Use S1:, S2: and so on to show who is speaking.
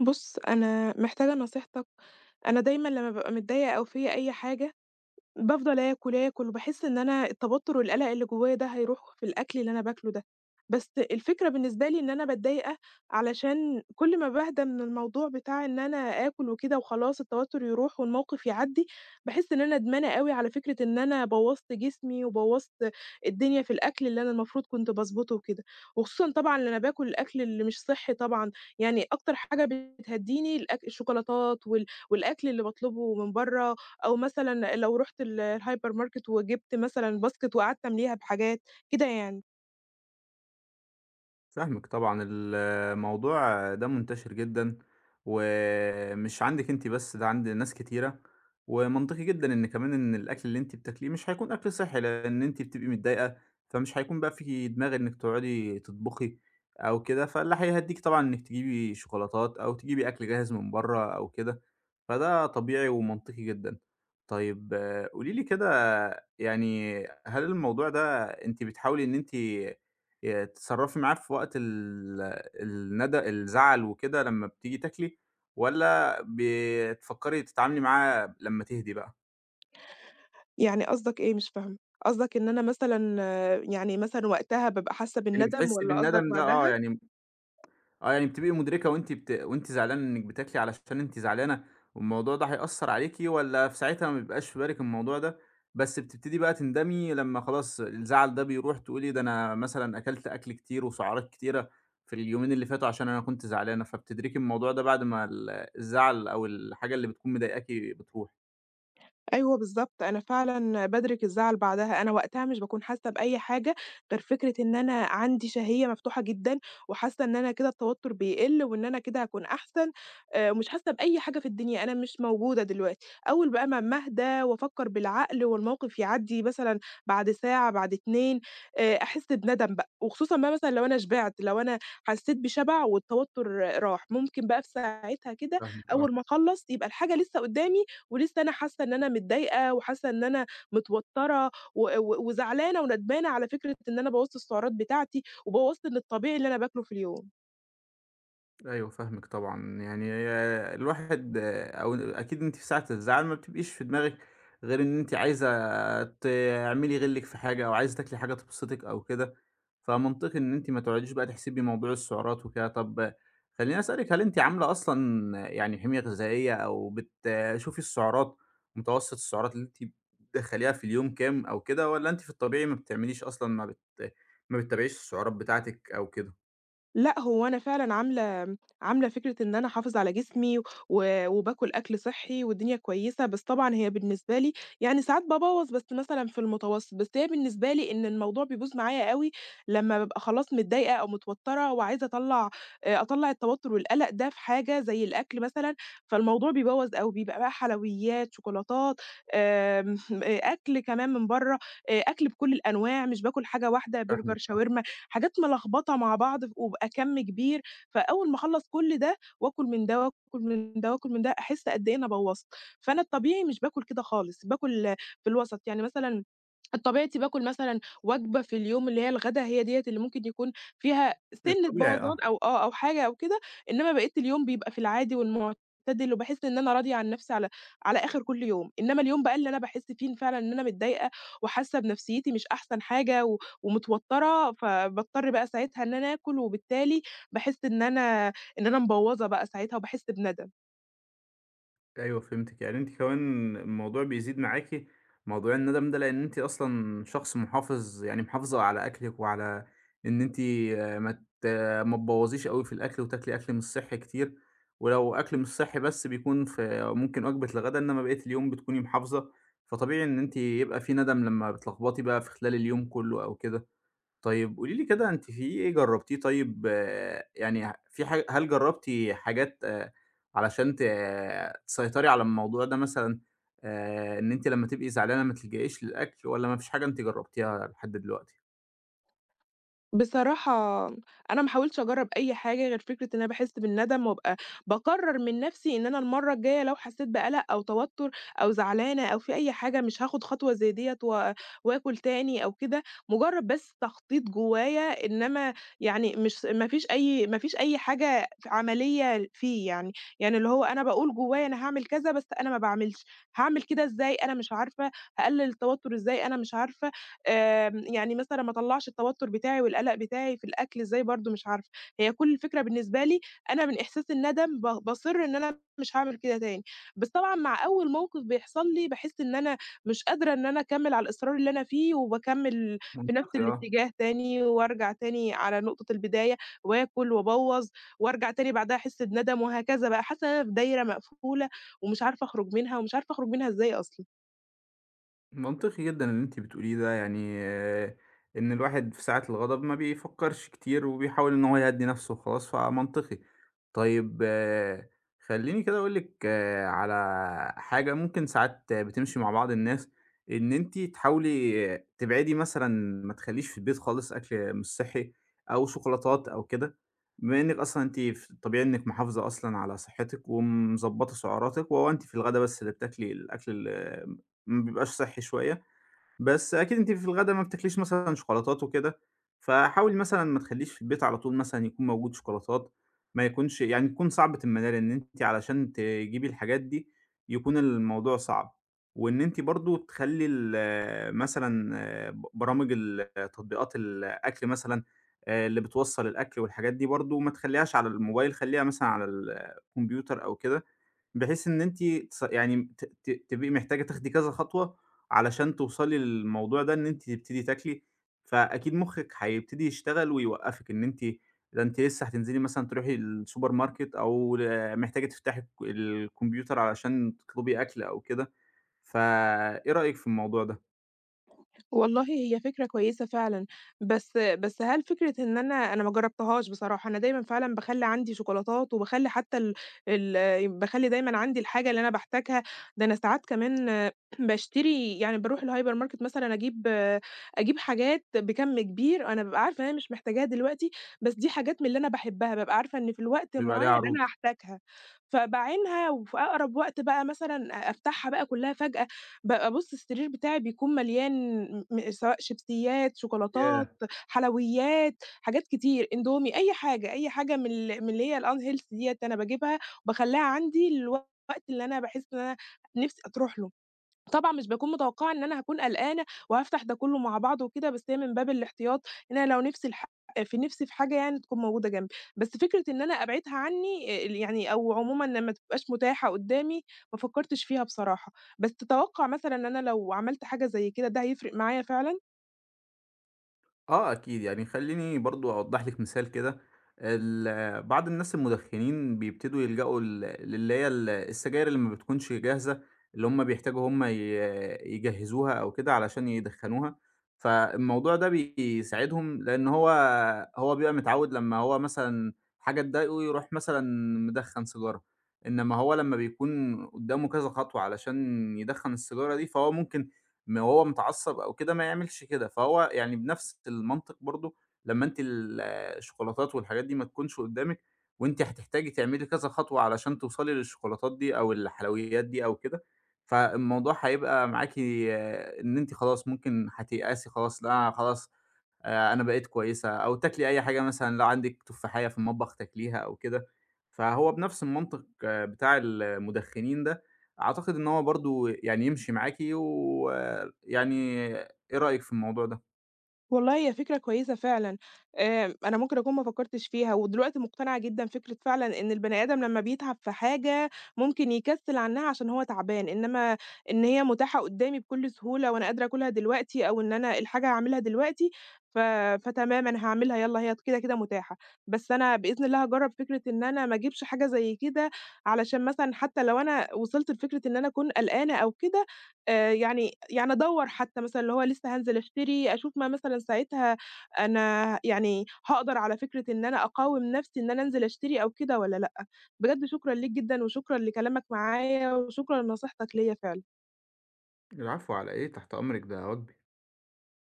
S1: بُص، أنا محتاجة نصيحتك. أنا دايمًا لمّا بابقى متضايقة أو فيّا أي حاجة بافضل آكل، آكل، وباحس إن أنا التوتر والقلق اللي جوايا ده هيروح في الأكل اللي أنا باكله ده. بس الفكرة بالنسبة لي إن أنا باتضايقة، علشان كل ما باهدى من الموضوع بتاع إن أنا آكل وكده وخلاص التوتر يروح والموقف يعدّي، باحس إن أنا ندمانة أوي على فكرة إن أنا بوّظت جسمي وبوّظت الدنيا في الأكل اللي أنا المفروض كنت باضبطه وكده، وخصوصًا طبعًا إن أنا باكل الأكل اللي مش صحّي طبعًا. يعني أكتر حاجة بتهدّيني الشوكولاتات والأكل اللي باطلبه من برّه. أو مثلًا لو رُحت الhyper market وجِبت مثلًا باسكت وقعدت أمليها بحاجات، كده يعني.
S2: فاهمِك طبعًا، الموضوع ده منتشر جدًا، ومش عندِك أنتِ بس ده عند ناس كتيرة، ومنطقي جدًا إن كمان إن الأكل اللي أنتِ بتاكليه مش هيكون أكل صحّي، لإن أنتِ بتبقي متضايقة، فمش هيكون بقى في دماغ إنِك تقعدي تطبخي أو كده، فاللي هيهدّيكِ طبعًا إنِك تجيبي شوكولاتات أو تجيبي أكل جاهز من برّه أو كده، فده طبيعي ومنطقي جدًا. طيب قولي لي كده، يعني هل الموضوع ده أنتِ بتحاولي إن أنتِ تتصرّفي معاه في وقت ال الزعل وكده لمّا بتيجي تاكلي، والّا بتفكّري تتعاملي معاه لمّا تهدي بقى؟
S1: يعني قصدك إيه؟ مش فاهمة. قصدك إن أنا مثلًا، يعني مثلًا وقتها بابقى حاسة
S2: يعني
S1: بالندم
S2: بتحسّي
S1: والّا قصدك
S2: بالندم ده آه،
S1: بعدها؟
S2: يعني آه، يعني بتبقي مدركة وأنتِ زعلانة إنِّك بتاكلي علشان أنتِ زعلانة، والموضوع ده هيأثّر عليكِ والّا في ساعتها ما بيبقاش في بالِك الموضوع ده، بس بتبتدي بقى تندمي لمّا خلاص الزعل ده بيروح تقولي ده أنا مثلًا أكلت أكل كتير وسعرات كتيرة في اليومين اللي فاتوا عشان أنا كنت زعلانة، فبتدركي الموضوع ده بعد ما الزعل أو الحاجة اللي بتكون مضايقاكِ بتروح؟
S1: أيوه بالضبط، أنا فعلًا بادرك الزعل بعدها، أنا وقتها مش باكون حاسة بأي حاجة غير فكرة إن أنا عندي شهية مفتوحة جدًا، وحاسة إن أنا كده التوتر بيقل، وإن أنا كده هاكون أحسن، ومش حاسة بأي حاجة في الدنيا، أنا مش موجودة دلوقتي. أول بقى ما أمّا أهدى وأفكر بالعقل والموقف يعدّي مثلًا بعد ساعة، بعد 2 أحس بندم بقى، وخصوصًا بقى مثلًا لو أنا شبعت، لو أنا حسيت بشبع والتوتر راح، ممكن بقى في ساعتها كده.
S2: فاهمِك آه.
S1: أول ما أخلّص يبقى الحاجة لسه قدّامي، ولسه أنا حاسة إن أنا متضايقة وحاسة إن أنا متوتّرة و و وزعلانة وندمانة على فكرة إن أنا بوّظت السعرات بتاعتي وبوّظت الطبيعي اللي أنا باكله في اليوم.
S2: أيوه فاهمِك طبعًا، يعني الواحد أو أكيد أنتِ في ساعة الزعل ما بتبقيش في دماغِك غير إن أنتِ عايزة تعملي غِلِّك في حاجة أو عايزة تاكلي حاجة تبسطِك أو كده، فمنطقي إن أنتِ ما تقعديش بقى تحسبي موضوع السعرات وكده. طب خلّيني أسألِك، هل أنتِ عاملة أصلًا يعني حمية غذائية أو بتشوفي السعرات، متوسط السعرات اللي أنتِ بتدخّليها في اليوم كام أو كده والّا أنتِ في الطبيعي ما بتعمليش أصلًا ما بتتابعيش السعرات بتاعتِك أو كده؟
S1: لأ، هو أنا فعلًا عاملة فكرة إن أنا أحافظ على جسمي وباكل أكل صحّي والدنيا كويسة. بس طبعًا هي بالنسبة لي، يعني ساعات بابوّظ بس مثلًا في المتوسط، بس هي بالنسبة لي إن الموضوع بيبوظ معايا أوي لمّا بابقى خلاص متضايقة أو متوتّرة وعايزة أطلّع التوتُّر والقلق ده في حاجة زي الأكل مثلًا، فالموضوع بيبوّظ أوي، بيبقى بقى حلويات، شوكولاتات، آمم آه، أكل كمان من برّه، أكل بكل الأنواع، مش باكل حاجة واحدة، برجر،
S2: فاهمِك،
S1: شاورما. حاجات ملخبطة مع بعض وبقى كَم كبير، فأول ما أخلّص كل ده، وآكل من ده، وآكل من ده، وآكل من ده، أحس قد إيه أنا بوّظت. فأنا الطبيعي مش باكل كده خالص، باكل في الوسط، يعني مثلًا طبيعتي باكل مثلًا وجبة في اليوم اللي هي الغدا، هي ديّة اللي ممكن يكون فيها سِنّة
S2: الطبيعي
S1: بوظان
S2: آه.
S1: أو أو حاجة أو كده. إنّما بقية اليوم بيبقى في العادي والمعتدل، وباحس إن أنا راضية عن نَفْسي على آخِر كل يوم. إنّما اليوم بقى اللي أنا باحس فيه إن فعلًا إن أنا متضايقة وحاسة بنفسيتي مش أحسن حاجة ومتوتّرة، فباضطر بقى ساعتها إن أنا آكُل، وبالتالي باحس إن أنا مبوّظة بقى ساعتها وباحس بندم.
S2: أيوه فهمتِك، يعني أنتِ كمان الموضوع بيزيد معاكِ موضوع الندم ده، لأن أنتِ أصلًا شخص محافظ، يعني محافظة على أكلِك وعلى إن أنتِ آه، ت ما تبوّظيش أوي في الأكل وتاكلي أكل مش صحّي كتير، ولو أكل مش صحّي بس بيكون في ممكن وجبة الغدا، إنما بقية اليوم بتكوني محافظة، فطبيعي إن أنتِ يبقى في ندم لمّا بتلخبطي بقى في خلال اليوم كلّه أو كده. طيب قولي لي كده أنتِ في إيه جرّبتيه، طيب آه، يعني في حاج هل جرّبتِ حاجات علشان آه، تسيطري على الموضوع ده مثلًا، إن أنتِ لمّا تبقي زعلانة ما تلجئيش للأكل، والّا ما فيش حاجة أنتِ جرّبتيها لحد دلوقتي؟
S1: بصراحة أنا ما حاولتش أجرّب أي حاجة غير فكرة إن أنا باحس بالندم، وأبقى باقرّر من نَفْسي إن أنا المَرّة الجاية لو حسّيت بقَلَق أو توتُّر أو زعلانة أو في أي حاجة مش هاخُد خطوة زي ديّة وآكُل تاني أو كده، مُجرّد بس تخطيط جوّايا، إنّما يعني مش ما فيش أي حاجة عملية فيه يعني. يعني اللي هو أنا باقول جوّايا أنا هاعمل كذا، بس أنا ما باعملش، هاعمل كده إزاي أنا مش عارفة، هاقلِّل التوتُّر إزاي أنا مش عارفة. يعني مثلًا ما أطلّعش التوتُّر بتاعي والقلق بتاعي في الأكل إزاي، برضه مش عارفة. هي كل الفكرة بالنسبة لي، أنا من إحساس الندم باصِر إن أنا مش هاعمل كده تاني، بس طبعًا مع أول موقِف بيحصل لي باحس إن أنا مش قادرة إن أنا أكمّل على الإصرار اللي أنا فيه، وباكمّل في نَفْس
S2: منطقي آه.
S1: الاتجاه تاني، وأرجع تاني على نقطة البداية وآكُل وأبوّظ، وأرجع تاني بعدها أحس بندم، وهكذا بقى. حاسة إن أنا في دايرة مقفولة ومش عارفة أخرُج منها، ومش عارفة أخرُج منها إزاي أصلًا.
S2: منطقي جدًا اللي أنتِ بتقوليه ده، يعني آه، إن الواحد في ساعة الغضب ما بيفكّرش كتير وبيحاول إن هو يهدّي نَفْسه وخلاص، فمنطقي. طيب آه، خلّيني كده أقول لِك على حاجة ممكن ساعات آه، بتمشي مع بعض الناس، إن أنتِ تحاولي آه، تبعدي مثلًا، ما تخلّيش في البيت خالص أكل مش صحّي أو شوكولاتات أو كده، بما إنِّك أصلًا أنتِ في الطبيعي إنِّك محافظة أصلًا على صحّتِك ومضبّطة سعراتِك، وهو أنتِ في الغدا بس اللي بتاكلي الأكل ما بيبقاش صحّي شوية، بس أكيد أنتِ في الغدا ما بتاكليش مثلًا شوكولاتات وكده، فحاولي مثلًا ما تخلّيش في البيت على طول مثلًا يكون موجود شوكولاتات، ما يكونش يعني تكون صعبة المنال، إن أنتِ علشان تجيبي الحاجات دي يكون الموضوع صعب، وإن أنتِ برضه تخلّي مثلًا برامج تطبيقات الأكل مثلًا اللي بتوصّل الأكل والحاجات دي برضه ما تخلّيهاش على الموبايل، خلّيها مثلًا على الكمبيوتر أو كده، بحيث إن أنتِ تص يعني ت ت تبقي محتاجة تاخدي كذا خطوة علشان توصلي للموضوع ده إن أنتِ تبتدي تاكلي، فأكيد مُخِّك هيبتدي يشتغل ويوقّفِك إن أنتِ ده أنتِ لسه هتنزلي مثلًا تروحي السوبر ماركت أو محتاجة تفتحي الكمبيوتر علشان تطلبي أكل أو كده، فإيه رأيك في الموضوع ده؟
S1: والله هي فكرة كويسة فعلًا، بس هل فكرة إن أنا ما جرّبتهاش بصراحة. أنا دايمًا فعلًا باخلّي عندي شوكولاتات، وباخلّي حتى ال ال باخلّي دايمًا عندي الحاجة اللي أنا باحتاجها. ده أنا ساعات كمان باشتري يعني باروح الهايبر ماركت مثلًا، أجيب حاجات بكَم كبير، أنا بابقى عارفة إن أنا مش محتاجاها دلوقتي، بس دي حاجات من اللي أنا باحبها، بابقى عارفة إن في الوقت
S2: بيبقى عليه
S1: معيّن
S2: عروض.
S1: أنا هاحتاجها، فباعينها. وفي أقرب وقت بقى مثلًا أفتحها بقى كلّها فجأة. بقى بُص، السرير بتاعي بيكون مليان سواء شيبسيات، شوكولاتات،
S2: ياه!
S1: حلويات، حاجات كتير، إندومي، أي حاجة، أي حاجة من اللي هي الunhealthy ديّة أنا باجيبها وباخلّيها عندي للوقت اللي أنا باحس إن أنا نِفسي هتروح له. طبعًا مش باكون متوقعة إن أنا هاكون قلقانة وهافتح ده كلّه مع بعضه وكده، بس هي من باب الاحتياط إن أنا لو نفسي الح في نفسي في حاجة يعني تكون موجودة جنبي، بس فكرة إن أنا أبعدها عني يعني، أو عمومًا لمّا تبقاش متاحة قدّامي، ما فكّرتش فيها بصراحة. بس تتوقع مثلًا إن أنا لو عملت حاجة زي كده ده هيفرق معايا فعلًا؟
S2: آه أكيد، يعني خلّيني برضه أوضّح لِك مثال كده، بعض الناس المُدخنين بيبتدوا يلجأوا للي هي السجاير اللي ما بتكونش جاهزة، اللي هُم بيحتاجوا هُم ي يجهّزوها أو كده علشان يدخّنوها، فالموضوع ده بيساعدهم لإن هو بيبقى متعوّد لمّا هو مثلًا حاجة تضايقه يروح مثلًا مدخّن سيجارة، إنما هو لمّا بيكون قدّامه كذا خطوة علشان يدخّن السيجارة دي، فهو ممكن وهو متعصب أو كده ما يعملش كده، فهو يعني بنفس المنطق برضه لمّا أنتِ الشوكولاتات والحاجات دي ما تكونش قدّامِك، وأنتِ هتحتاجي تعملي كذا خطوة علشان توصلي للشوكولاتات دي أو الحلويات دي أو كده، فالموضوع هيبقى معاكِ إن أنتِ خلاص ممكن هتيأسي خلاص، لأ أنا خلاص أنا بقيت كويسة، أو تاكلي أي حاجة مثلًا لو عندِك تفاحيّة في المطبخ تاكليها أو كده، فهو بنفس المنطق آه، بتاع المدخنين ده، أعتقد إن هو برضه يعني يمشي معاكِ، ويعني إيه رأيِك في الموضوع ده؟
S1: والله هي فكرة كويسة فعلًا، أنا ممكن أكون ما فكّرتش فيها، ودلوقتي مقتنعة جدًا فكرة فعلًا إن البني آدم لمّا بيتعب في حاجة ممكن يكسّل عنها عشان هو تعبان، إنّما إن هي متاحة قدّامي بكل سهولة وأنا قادرة آكلها دلوقتي، أو إن أنا الحاجة هاعملها دلوقتي، ف فتمام أنا هاعملها يالّا، هي كده، كده متاحة. بس أنا بإذن الله هاجرّب فكرة إن أنا ما أجيبش حاجة زي كده، علشان مثلًا حتّى لو أنا وصلت لفكرة إن أنا أكون قلقانة أو كده، يعني أدوّر حتى مثلًا، اللي هو لسه هانزل أشتري، أشوف ما مثلًا ساعتها أنا يعني هاقدر على فكرة إن أنا أقاوم نَفْسي إن أنا أنزل أشتري أو كده، والّا لأ. بجد شكرًا ليك جدًا، وشكرًا لكلامك معايا، وشكرًا لنصيحتك ليّا فعلًا.
S2: العفو على إيه، تحت أمرِك، ده واجبي.